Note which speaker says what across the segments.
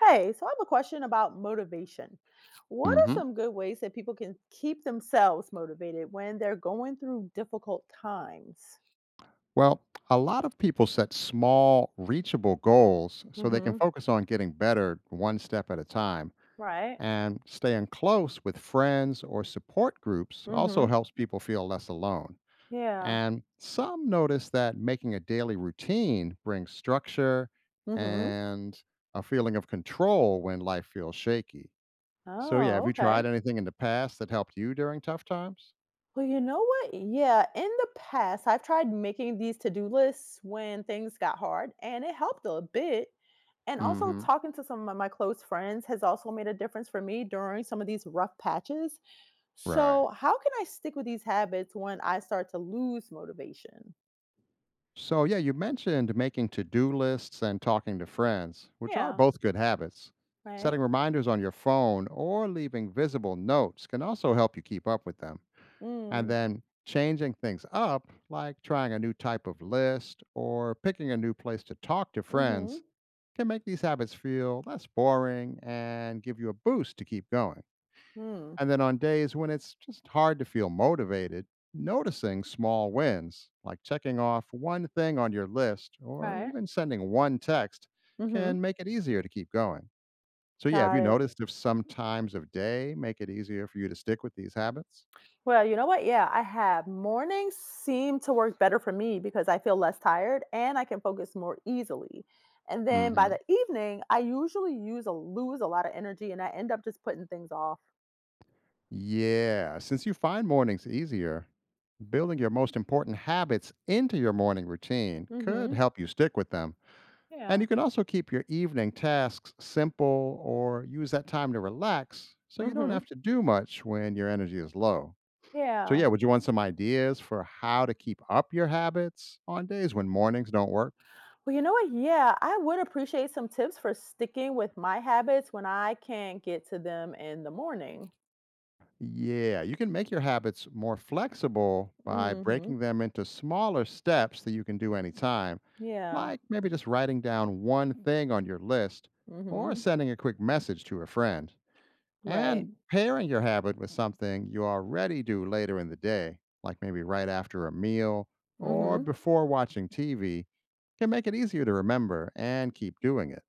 Speaker 1: Hey, so I have a question about motivation. What are
Speaker 2: hmm
Speaker 1: some good ways that people can keep themselves motivated when they're going through difficult times?
Speaker 2: Well, a lot of people set small, reachable goals so they can
Speaker 1: Mm-hmm.
Speaker 2: focus on getting better one step at a time.
Speaker 1: Right.
Speaker 2: And staying close with friends or support groups also
Speaker 1: Mm-hmm.
Speaker 2: helps people feel less alone.
Speaker 1: Yeah.
Speaker 2: And some notice that making a daily routine brings structure
Speaker 1: Mm-hmm.
Speaker 2: and a feeling of control when life feels shaky. So, yeah, have
Speaker 1: Oh,
Speaker 2: you
Speaker 1: okay.
Speaker 2: tried anything in the past that helped you during tough times?
Speaker 1: Well, you know what? Yeah, in the past, I've tried making these to-do lists when things got hard, and it helped a bit. And also,
Speaker 2: hmm
Speaker 1: talking to some of my close friends has also made a difference for me during some of these rough patches.
Speaker 2: Right.
Speaker 1: So, how can I stick with these habits when I start to lose motivation?
Speaker 2: So, yeah, you mentioned making to do lists and talking to friends, which are
Speaker 1: Yeah.
Speaker 2: both good habits.
Speaker 1: Right.
Speaker 2: Setting reminders on your phone or leaving visible notes can also help you keep up with them. And
Speaker 1: Mm.
Speaker 2: then changing things up, like trying a new type of list or picking a new place to talk to
Speaker 1: Hmm. Hmm.
Speaker 2: friends, can make these habits feel less boring and give you a boost to keep going. And then on days when it's just hard to feel motivated, noticing small wins, like checking off one thing on your list or
Speaker 1: Right.
Speaker 2: even sending one text,
Speaker 1: Mm-hmm.
Speaker 2: can make it easier to keep going. So, yeah, have
Speaker 1: Got
Speaker 2: you
Speaker 1: it.
Speaker 2: noticed if some times of day make it easier for you to stick with these habits?
Speaker 1: Well, you know what? Yeah, I have. Mornings seem to work better for me because I feel less tired and I can focus more easily. And then by
Speaker 2: hmm
Speaker 1: the evening, I usually use a lose a lot of energy and I end up just putting things off.
Speaker 2: Yeah, since you find mornings easier, building your most important habits into your morning routine could
Speaker 1: Mm-hmm.
Speaker 2: help you stick with them. And you
Speaker 1: Yeah.
Speaker 2: can also keep your evening tasks simple or use that time to relax so you don't
Speaker 1: Mm-hmm.
Speaker 2: have to do much when your energy is low. So,
Speaker 1: Yeah.
Speaker 2: yeah, would you want some ideas for how to keep up your habits on days when mornings don't work?
Speaker 1: Well, you know what? Yeah, I would appreciate some tips for sticking with my habits when I can't get to them in the morning.
Speaker 2: Yeah, you can make your habits more flexible by
Speaker 1: Mhm.
Speaker 2: breaking them into smaller steps that you can do anytime,
Speaker 1: Yeah.
Speaker 2: like maybe just writing down one thing on your list or
Speaker 1: Mhm.
Speaker 2: sending a quick message to a friend.
Speaker 1: Right.
Speaker 2: And pairing your habit with something you already do later in the day, like maybe right after a meal or
Speaker 1: Mhm.
Speaker 2: before watching TV, can make it easier to remember and keep doing it.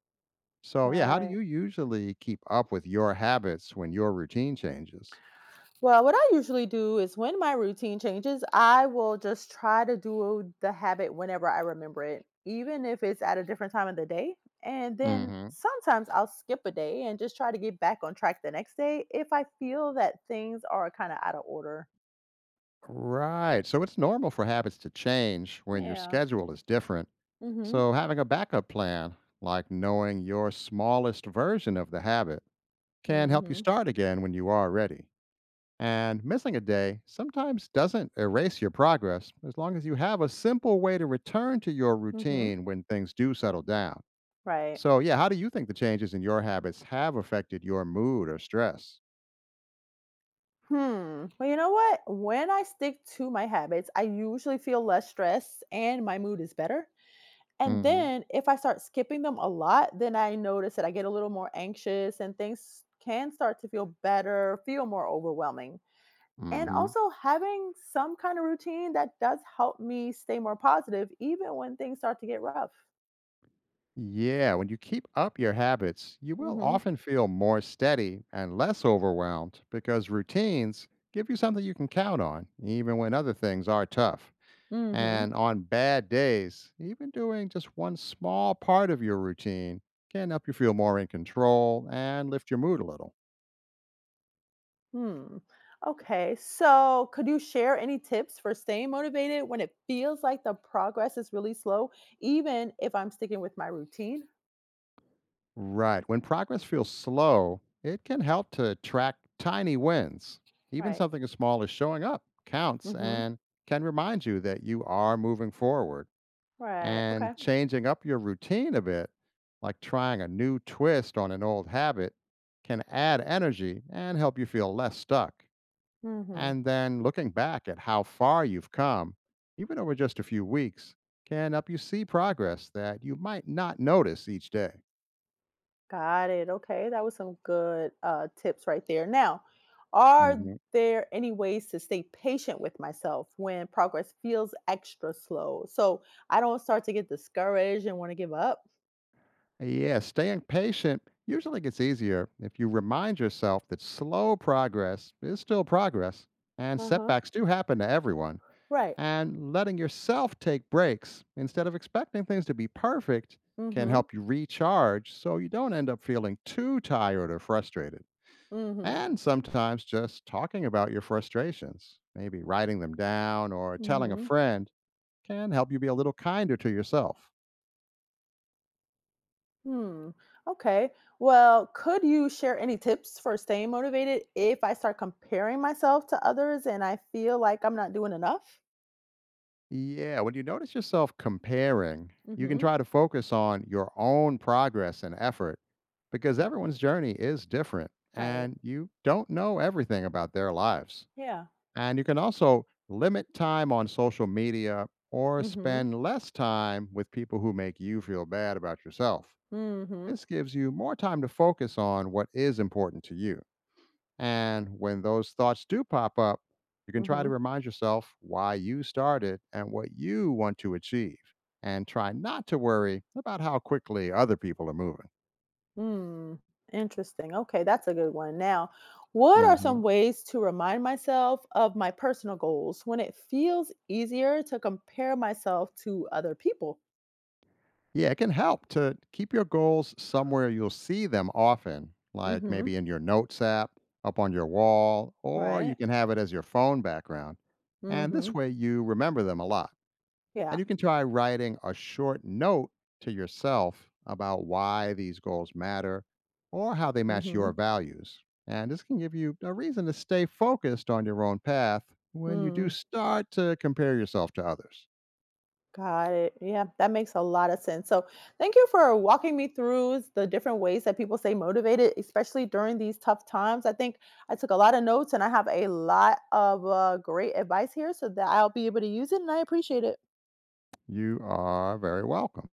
Speaker 2: So, yeah, how do
Speaker 1: Right.
Speaker 2: you usually keep up with your habits when your routine changes?
Speaker 1: Well, what I usually do is when my routine changes, I will just try to do the habit whenever I remember it, even if it's at a different time of the day. And then
Speaker 2: hmm
Speaker 1: sometimes I'll skip a day and just try to get back on track the next day if I feel that things are kind of out of order.
Speaker 2: Right. So, it's normal for habits to change when your
Speaker 1: Yeah.
Speaker 2: schedule is different.
Speaker 1: Mhm.
Speaker 2: So, having a backup plan, like knowing your smallest version of the habit, can help you
Speaker 1: Mhm.
Speaker 2: start again when you are ready. And missing a day sometimes doesn't erase your progress as long as you have a simple way to return to your
Speaker 1: Mhm.
Speaker 2: routine when things do settle down.
Speaker 1: Right.
Speaker 2: So, yeah, how do you think the changes in your habits have affected your mood or stress?
Speaker 1: Hmm. Well, you know what? When I stick to my habits, I usually feel less stressed and my mood is better. And
Speaker 2: hmm.
Speaker 1: then if I start skipping them a lot, then I notice that I get a little more anxious and things can start to feel better, feel more overwhelming. And
Speaker 2: Hmm.
Speaker 1: also having some kind of routine that does help me stay more positive even when things start to get rough.
Speaker 2: Yeah, when you keep up your habits, you will
Speaker 1: Mhm.
Speaker 2: often feel more steady and less overwhelmed because routines give you something you can count on, even when other things are tough.
Speaker 1: Mhm.
Speaker 2: And on bad days, even doing just one small part of your routine can help you feel more in control and lift your mood a little.
Speaker 1: Hmm. Okay. So, could you share any tips for staying motivated when it feels like the progress is really slow, even if I'm sticking with my routine?
Speaker 2: Right. When progress feels slow, it can help to track tiny wins. Even
Speaker 1: Right.
Speaker 2: something as small as showing up counts
Speaker 1: Mm-hmm.
Speaker 2: and can remind you that you are moving forward.
Speaker 1: Right. Okay.
Speaker 2: And changing up your routine a bit, like trying a new twist on an old habit, can add energy and help you feel less stuck.
Speaker 1: Mm-hmm.
Speaker 2: And then looking back at how far you've come, even over just a few weeks, can help you see progress that you might not notice each day.
Speaker 1: Got it. Okay. That was some good tips right there. Now, are
Speaker 2: hmm
Speaker 1: there any ways to stay patient with myself when progress feels extra slow? So I don't start to get discouraged and want to give up.
Speaker 2: Yeah, staying patient usually gets easier if you remind yourself that slow progress is still progress and
Speaker 1: Uh huh.
Speaker 2: setbacks do happen to everyone.
Speaker 1: Right.
Speaker 2: And letting yourself take breaks instead of expecting things to be perfect
Speaker 1: Mm
Speaker 2: can
Speaker 1: hmm.
Speaker 2: help you recharge so you don't end up feeling too tired or frustrated.
Speaker 1: Mm hmm.
Speaker 2: And sometimes just talking about your frustrations, maybe writing them down or
Speaker 1: Mm
Speaker 2: telling a
Speaker 1: hmm.
Speaker 2: friend, can help you be a little kinder to yourself.
Speaker 1: Hmm. Okay. Well, could you share any tips for staying motivated if I start comparing myself to others and I feel like I'm not doing enough?
Speaker 2: Yeah, when you notice yourself comparing, you can
Speaker 1: Mm-hmm.
Speaker 2: try to focus on your own progress and effort because everyone's journey is different
Speaker 1: Right.
Speaker 2: and you don't know everything about their lives.
Speaker 1: Yeah.
Speaker 2: And you can also limit time on social media or
Speaker 1: Mm-hmm.
Speaker 2: spend less time with people who make you feel bad about yourself.
Speaker 1: Mm-hmm.
Speaker 2: This gives you more time to focus on what is important to you. And when those thoughts do pop up, you can try to
Speaker 1: Mm-hmm.
Speaker 2: remind yourself why you started and what you want to achieve. And try not to worry about how quickly other people are moving.
Speaker 1: Mm. Interesting. Okay, that's a good one. Now, what are
Speaker 2: hmm
Speaker 1: some ways to remind myself of my personal goals when it feels easier to compare myself to other people?
Speaker 2: Yeah, it can help to keep your goals somewhere you'll see them often, like
Speaker 1: Mm-hmm.
Speaker 2: maybe in your notes app, up on your wall, or you
Speaker 1: Right.
Speaker 2: can have it as your phone background. And this
Speaker 1: Mm-hmm.
Speaker 2: way you remember them a lot. And
Speaker 1: Yeah.
Speaker 2: you can try writing a short note to yourself about why these goals matter or how they match
Speaker 1: Mm-hmm.
Speaker 2: your values. And this can give you a reason to stay focused on your own path
Speaker 1: Mm hmm. Right. Mm hmm.
Speaker 2: when
Speaker 1: Yeah.
Speaker 2: you do
Speaker 1: Mm hmm.
Speaker 2: start to compare yourself to others.
Speaker 1: Got it. Yeah, that makes a lot of sense. So, thank you for walking me through the different ways that people stay motivated, especially during these tough times. I think I took a lot of notes and I have a lot of great advice here so that I'll be able to use it, and I appreciate it.
Speaker 2: You are very welcome.